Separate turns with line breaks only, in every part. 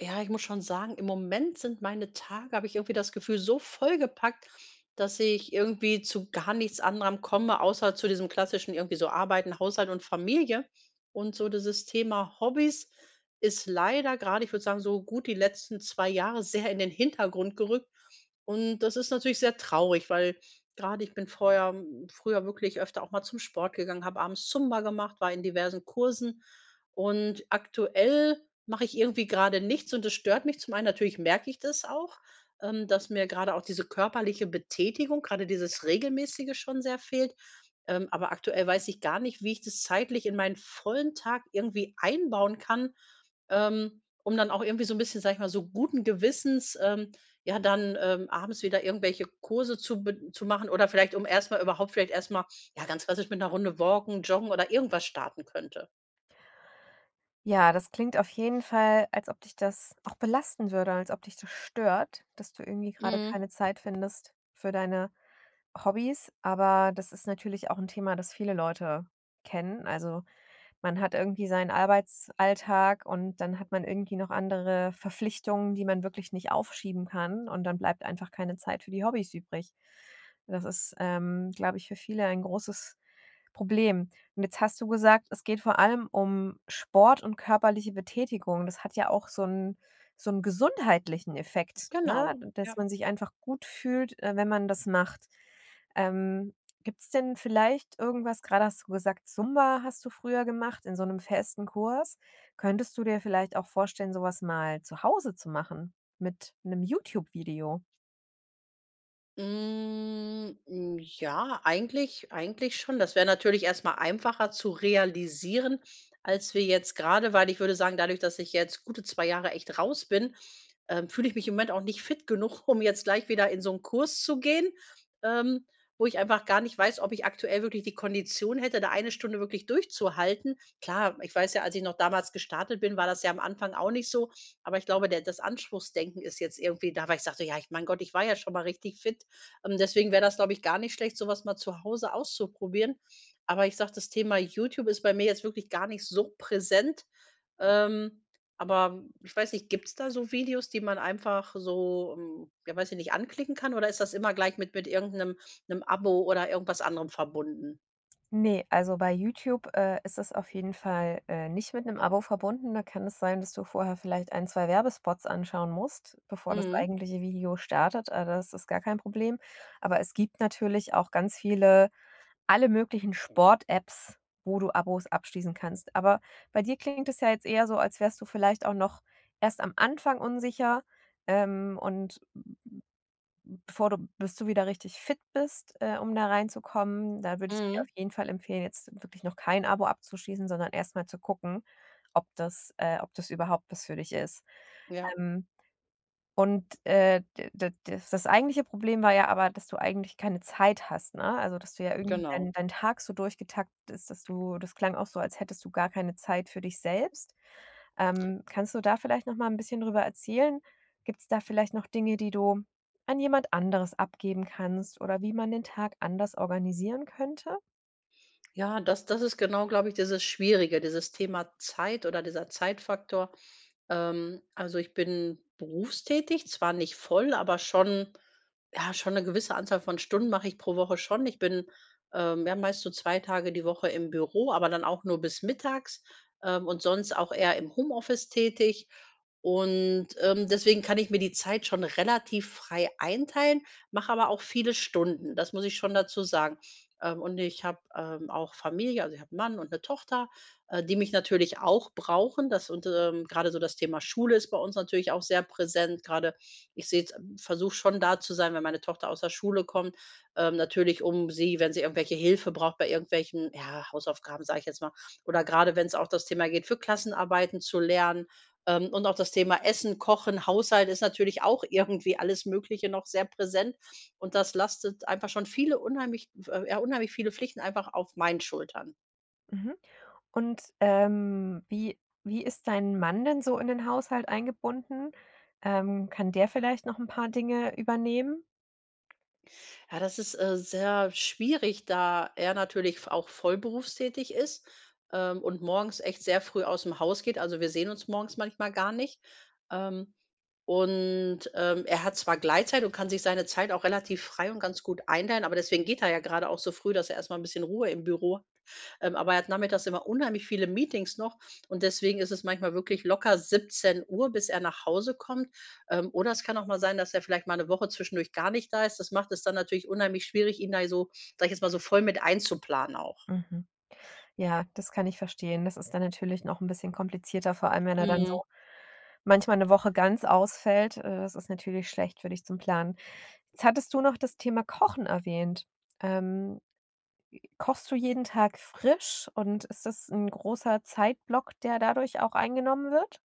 Ja, ich muss schon sagen, im Moment sind meine Tage habe ich irgendwie das Gefühl, so vollgepackt, dass ich irgendwie zu gar nichts anderem komme, außer zu diesem klassischen irgendwie so Arbeiten, Haushalt und Familie. Und so dieses Thema Hobbys ist leider gerade, ich würde sagen, so gut die letzten 2 Jahre sehr in den Hintergrund gerückt. Und das ist natürlich sehr traurig, weil gerade ich bin vorher, früher wirklich öfter auch mal zum Sport gegangen, habe abends Zumba gemacht, war in diversen Kursen. Und aktuell mache ich irgendwie gerade nichts und das stört mich. Zum einen natürlich merke ich das auch, dass mir gerade auch diese körperliche Betätigung, gerade dieses Regelmäßige schon sehr fehlt. Aber aktuell weiß ich gar nicht, wie ich das zeitlich in meinen vollen Tag irgendwie einbauen kann, um dann auch irgendwie so ein bisschen, sage ich mal, so guten Gewissens, ja, dann, abends wieder irgendwelche Kurse zu machen oder vielleicht um erstmal überhaupt vielleicht erstmal ja, ganz klassisch mit einer Runde walken, joggen oder irgendwas starten könnte.
Ja, das klingt auf jeden Fall, als ob dich das auch belasten würde, als ob dich das stört, dass du irgendwie gerade
Mhm,
keine Zeit findest für deine Hobbys. Aber das ist natürlich auch ein Thema, das viele Leute kennen. Also, man hat irgendwie seinen Arbeitsalltag und dann hat man irgendwie noch andere Verpflichtungen, die man wirklich nicht aufschieben kann und dann bleibt einfach keine Zeit für die Hobbys übrig. Das ist, glaube ich, für viele ein großes Problem. Und jetzt hast du gesagt, es geht vor allem um Sport und körperliche Betätigung. Das hat ja auch so 'n gesundheitlichen Effekt,
genau.
ne, dass man sich einfach gut fühlt, wenn man das macht. Ähm, gibt's denn vielleicht irgendwas grade hast du gesagt, Zumba hast du früher gemacht in so 'nem festen Kurs. Könntest du dir vielleicht auch vorstellen, so was mal zu Hause zu machen mit 'nem YouTube-Video?
Hm, hm, ja, eigentlich schon. Das wäre natürlich erstmal einfacher zu realisieren, als wir jetzt gerade weil ich würde sagen, dadurch, dass ich jetzt gute 2 Jahre echt raus bin, fühle ich mich im Moment auch nicht fit genug, um jetzt gleich wieder in so 'n Kurs zu gehen, ähm, wo ich einfach gar nicht weiß, ob ich aktuell wirklich die Kondition hätte, da eine Stunde wirklich durchzuhalten. Klar, ich weiß ja, als ich noch damals gestartet bin, war das ja am Anfang auch nicht so, aber ich glaube, der das Anspruchsdenken ist jetzt irgendwie da, weil ich sagte: „Ja, ich mein Gott, ich war ja schon mal richtig fit.“ Deswegen wäre das, glaube ich, gar nicht schlecht, so was mal zu Hause auszuprobieren. Aber ich sage, das Thema YouTube ist bei mir jetzt wirklich gar nicht so präsent, ähm aber ich weiß nicht, gibt es da so Videos, die man einfach so, ja, weiß ich nicht, anklicken kann oder ist das immer gleich mit irgendeinem einem Abo oder irgendwas anderem verbunden?
Nee, also bei YouTube, ist es auf jeden Fall, nicht mit einem Abo verbunden. Da kann es sein, dass du vorher vielleicht ein, 2 Werbespots anschauen musst, bevor das
Mhm,
eigentliche Video startet. Das ist gar kein Problem. Aber es gibt natürlich auch ganz viele alle möglichen Sport-Apps, wo du Abos abschließen kannst. Aber bei dir klingt es ja jetzt eher so, als wärst du vielleicht auch noch erst am Anfang unsicher, und bevor du bis du wieder richtig fit bist, um da reinzukommen, da würde ich dir
mhm,
auf jeden Fall empfehlen, jetzt wirklich noch kein Abo abzuschließen, sondern erstmal zu gucken, ob das überhaupt was für dich ist.
ja,
Ähm, und, d d das das eigentliche Problem war ja aber, dass du eigentlich keine Zeit hast, ne? Also, dass du ja irgendwie
genau.
dein Tag so durchgetaktet ist, dass du das klang auch so, als hättest du gar keine Zeit für dich selbst. Kannst du da vielleicht noch mal ein bisschen drüber erzählen? Gibt es da vielleicht noch Dinge, die du an jemand anderes abgeben kannst oder wie man den Tag anders organisieren könnte?
Ja, das ist genau, glaube ich, dieses Schwierige, dieses Thema Zeit oder dieser Zeitfaktor. Also, ich bin berufstätig, zwar nicht voll, aber schon ja, schon eine gewisse Anzahl von Stunden mache ich pro Woche schon. Ich bin, ja, meist so 2 Tage die Woche im Büro, aber dann auch nur bis mittags, und sonst auch eher im Homeoffice tätig. Und deswegen kann ich mir die Zeit schon relativ frei einteilen, mache aber auch viele Stunden, das muss ich schon dazu sagen. Und ich habe auch Familie, also, ich habe 'n Mann und eine Tochter, die mich natürlich auch brauchen. Das und grade so das Thema Schule ist bei uns natürlich auch sehr präsent. Gerade ich sehe versuche schon da zu sein, wenn meine Tochter aus der Schule kommt, natürlich, um sie, wenn sie irgendwelche Hilfe braucht bei irgendwelchen, ja, Hausaufgaben, sage ich jetzt mal, oder gerade wenn es auch das Thema geht, für Klassenarbeiten zu lernen, und auch das Thema Essen, Kochen, Haushalt ist natürlich auch irgendwie alles Mögliche noch sehr präsent. Und das lastet einfach schon viele unheimlich, ja, unheimlich viele Pflichten einfach auf meinen Schultern.
Mhm. Und, wie ist dein Mann denn so in den Haushalt eingebunden? Kann der vielleicht noch ein paar Dinge übernehmen?
Ja, das ist sehr schwierig, da er natürlich auch vollberufstätig ist, und morgens echt sehr früh aus dem Haus geht. Also, wir sehen uns morgens manchmal gar nicht. Ähm, und er hat zwar Gleitzeit und kann sich seine Zeit auch relativ frei und ganz gut einteilen, aber deswegen geht er ja gerade auch so früh, dass er erst mal 'n bisschen Ruhe im Büro, aber er hat nachmittags immer unheimlich viele Meetings noch und deswegen ist es manchmal wirklich locker 17 Uhr, bis er nach Hause kommt. Oder es kann auch mal sein, dass er vielleicht mal eine Woche zwischendurch gar nicht da ist. Das macht es dann natürlich unheimlich schwierig, ihn da so, sag ich jetzt mal, so voll mit einzuplanen auch.
Mhm. Ja, das kann ich verstehen. Das ist dann natürlich noch ein bisschen komplizierter, vor allem wenn er dann
Mhm.
so manchmal eine Woche ganz ausfällt. Das ist natürlich schlecht für dich zum Planen. Jetzt hattest du noch das Thema Kochen erwähnt. Ähm Kochst du jeden Tag frisch und ist das ein großer Zeitblock, der dadurch auch eingenommen wird?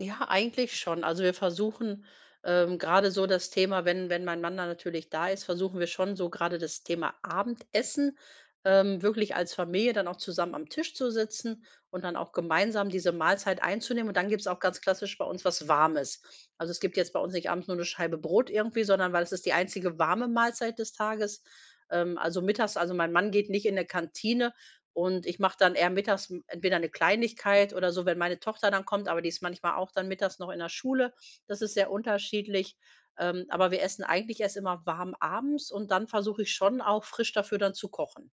Ja, eigentlich schon. Also, wir versuchen, grade so das Thema, wenn mein Mann da natürlich da ist, versuchen wir schon so gerade das Thema Abendessen, wirklich als Familie dann auch zusammen am Tisch zu sitzen und dann auch gemeinsam diese Mahlzeit einzunehmen. Und dann gibt's auch ganz klassisch bei uns was Warmes. Also, es gibt jetzt bei uns nicht abends nur eine Scheibe Brot irgendwie, sondern weil es ist die einzige warme Mahlzeit des Tages. Also, mittags also, mein Mann geht nicht in 'ne Kantine, und ich mache dann eher mittags m entweder eine Kleinigkeit oder so, wenn meine Tochter dann kommt, aber die ist manchmal auch dann mittags noch in der Schule. Das ist sehr unterschiedlich. Aber wir essen eigentlich erst immer warm abends und dann versuche ich schon auch frisch dafür dann zu kochen.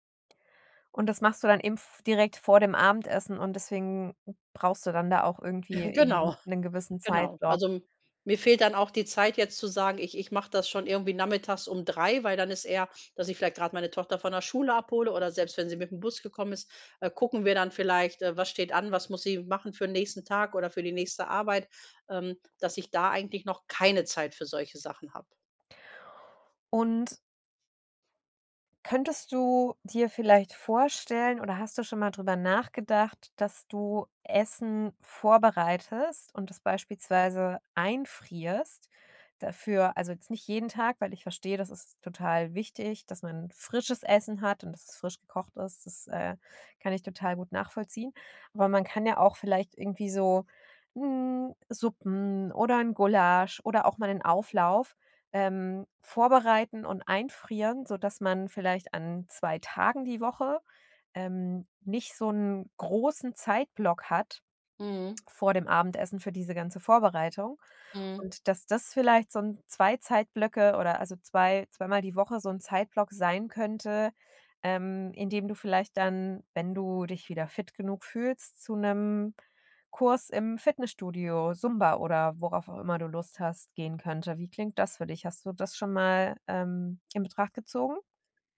Und das machst du dann eben f direkt vor dem Abendessen und deswegen brauchst du dann da auch irgendwie eben
Genau.
'nen gewissen
Genau.
Zeitblock.
Also, mir fehlt dann auch die Zeit jetzt zu sagen: „Ich mache das schon irgendwie nachmittags um 3, weil dann ist eher, dass ich vielleicht gerade meine Tochter von der Schule abhole oder selbst wenn sie mit dem Bus gekommen ist, gucken wir dann vielleicht, was steht an, was muss sie machen für 'n nächsten Tag oder für die nächste Arbeit, dass ich da eigentlich noch keine Zeit für solche Sachen habe.
Und Könntest du dir vielleicht vorstellen oder hast du schon mal drüber nachgedacht, dass du Essen vorbereitest und das beispielsweise einfrierst? Dafür also, jetzt nicht jeden Tag, weil ich verstehe, das ist total wichtig, dass man frisches Essen hat und dass es frisch gekocht ist. Das, kann ich total gut nachvollziehen. Aber man kann ja auch vielleicht irgendwie so, hm, Suppen oder ein Gulasch oder auch mal einen Auflauf vorbereiten und einfrieren, sodass man vielleicht an 2 Tagen die Woche, nicht so einen großen Zeitblock hat,
Mhm,
vor dem Abendessen für diese ganze Vorbereitung
mhm.
und dass das vielleicht so ein 2 Zeitblöcke oder also, zweimal die Woche so ein Zeitblock sein könnte, in dem du vielleicht dann, wenn du dich wieder fit genug fühlst, zu einem Kurs im Fitnessstudio, Zumba oder worauf auch immer du Lust hast, gehen könnte. Wie klingt das für dich? Hast du das schon mal, in Betracht gezogen?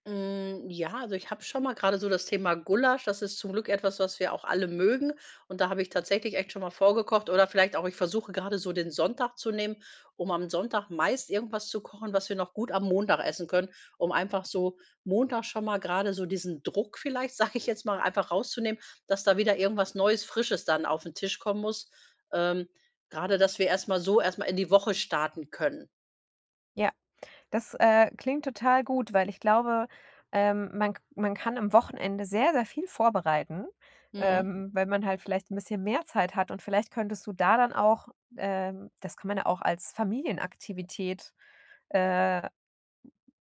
Hm, ja, also ich habe schon mal gerade so das Thema Gulasch, das ist zum Glück etwas, was wir auch alle mögen und da habe ich tatsächlich echt schon mal vorgekocht oder vielleicht auch ich versuche gerade so den Sonntag zu nehmen, um am Sonntag meist irgendwas zu kochen, was wir noch gut am Montag essen können, um einfach so Montag schon mal gerade so diesen Druck vielleicht, sage ich jetzt mal, einfach rauszunehmen, dass da wieder irgendwas Neues, Frisches dann auf den Tisch kommen muss. Ähm, grade, dass wir erst mal in die Woche starten können.
Ja. Das, klingt total gut, weil ich glaube, man kann am Wochenende sehr, sehr viel vorbereiten,
Mhm.
wenn man halt vielleicht ein bisschen mehr Zeit hat und vielleicht könntest du da dann auch das kann man ja auch als Familienaktivität, äh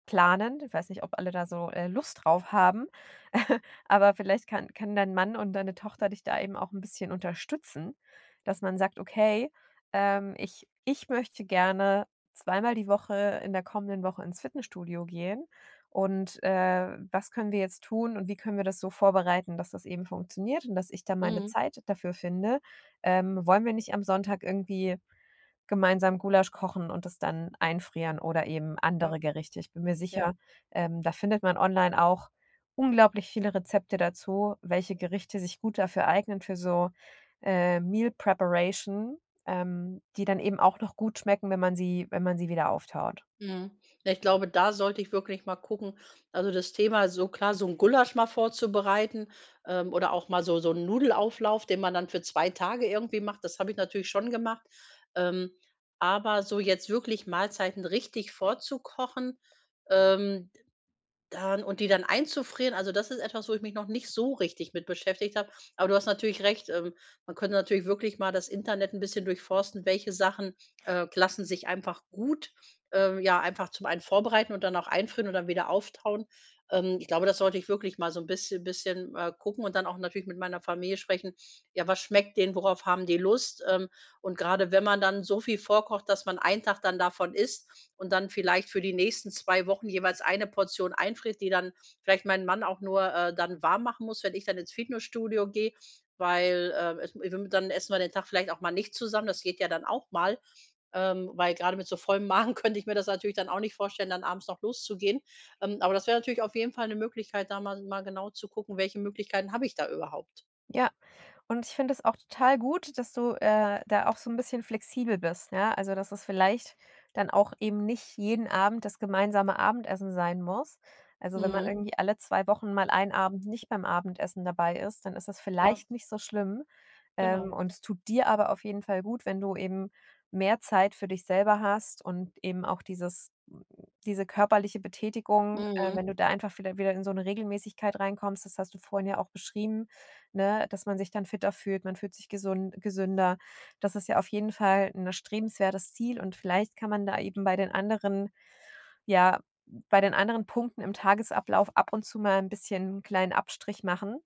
planen. Ich weiß nicht, ob alle da so, Lust drauf haben, aber vielleicht kann dein Mann und deine Tochter dich da eben auch ein bisschen unterstützen, dass man sagt: „Okay, ich möchte gerne zweimal die Woche in der kommenden Woche ins Fitnessstudio gehen und, was können wir jetzt tun und wie können wir das so vorbereiten, dass das eben funktioniert und dass ich da meine
Mhm.
Zeit dafür finde? Wollen wir nicht am Sonntag irgendwie gemeinsam Gulasch kochen und es dann einfrieren oder eben
Ja,
andere Gerichte. Ich bin mir
ja.
sicher, da findet man online auch unglaublich viele Rezepte dazu, welche Gerichte sich gut dafür eignen für so, Meal Preparation, die dann eben auch noch gut schmecken, wenn man sie wieder auftaut.
Mhm. Ja, ich glaube, da sollte ich wirklich mal gucken. Also das Thema, so klar, so ein Gulasch mal vorzubereiten, oder auch mal so 'n Nudelauflauf, den man dann für 2 Tage irgendwie macht. Das habe ich natürlich schon gemacht. Ähm, aber so jetzt wirklich Mahlzeiten richtig vorzukochen, ähm dann und die dann einzufrieren, also das ist etwas, wo ich mich noch nicht so richtig mit beschäftigt habe. Aber du hast natürlich recht, man könnte natürlich wirklich mal das Internet ein bisschen durchforsten, welche Sachen, lassen sich einfach gut, ja, einfach zum einen vorbereiten und dann auch einfrieren und dann wieder auftauen. Ich glaube, das sollte ich wirklich mal so ein bisschen, gucken und dann auch natürlich mit meiner Familie sprechen. Ja, was schmeckt denen? Worauf haben die Lust? Und gerade wenn man dann so viel vorkocht, dass man einen Tag dann davon isst und dann vielleicht für die nächsten 2 Wochen jeweils eine Portion einfriert, die dann vielleicht mein Mann auch nur, dann warm machen muss, wenn ich dann ins Fitnessstudio gehe, weil, es dann essen wir den Tag vielleicht auch mal nicht zusammen. Das geht ja dann auch mal, weil gerade mit so vollem Magen könnte ich mir das natürlich dann auch nicht vorstellen, dann abends noch loszugehen. Aber das wäre natürlich auf jeden Fall eine Möglichkeit, da mal genau zu gucken, welche Möglichkeiten habe ich da überhaupt.
Ja, und ich finde es auch total gut, dass du, da auch so ein bisschen flexibel bist, ja? Also, dass es vielleicht dann auch eben nicht jeden Abend das gemeinsame Abendessen sein muss. Also, wenn man
Mhm.
irgendwie alle 2 Wochen mal einen Abend nicht beim Abendessen dabei ist, dann ist das
Ja,
vielleicht nicht so schlimm.
genau.
Und es tut dir aber auf jeden Fall gut, wenn du eben mehr Zeit für dich selber hast und eben auch diese körperliche Betätigung, wenn
Mhm.
du da einfach wieder in so eine Regelmäßigkeit reinkommst, das hast du vorhin ja auch beschrieben, ne, dass man sich dann fitter fühlt, man fühlt sich gesun gesünder. Das ist ja auf jeden Fall ein erstrebenswertes Ziel und vielleicht kann man da eben bei den anderen ja, bei den anderen Punkten im Tagesablauf ab und zu mal ein bisschen 'n kleinen Abstrich machen,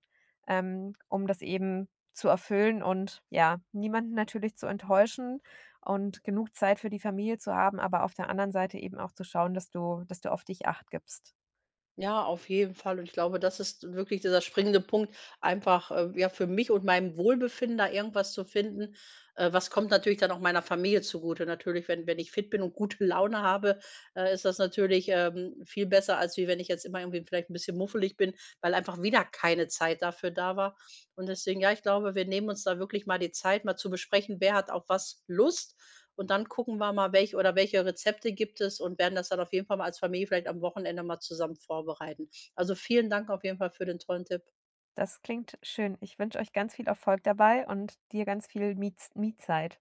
um das eben zu erfüllen und ja, niemanden natürlich zu enttäuschen und genug Zeit für die Familie zu haben, aber auf der anderen Seite eben auch zu schauen, dass du auf dich Acht gibst.
Ja, auf jeden Fall. Und ich glaube, das ist wirklich dieser springende Punkt, einfach, ja, für mich und meinem Wohlbefinden da irgendwas zu finden. Was kommt natürlich dann auch meiner Familie zugute. Natürlich, wenn ich fit bin und gute Laune habe, ist das natürlich viel besser, als wie wenn ich jetzt immer irgendwie vielleicht ein bisschen muffelig bin, weil einfach wieder keine Zeit dafür da war. Und deswegen, ja, ich glaube, wir nehmen uns da wirklich mal die Zeit, mal zu besprechen, wer hat auf was Lust und dann gucken wir mal, welche Rezepte gibt es und werden das dann auf jeden Fall mal als Familie vielleicht am Wochenende mal zusammen vorbereiten. Also, vielen Dank auf jeden Fall für den tollen Tipp.
Das klingt schön. Ich wünsche euch ganz viel Erfolg dabei und dir ganz viel Miez Me-Zeit.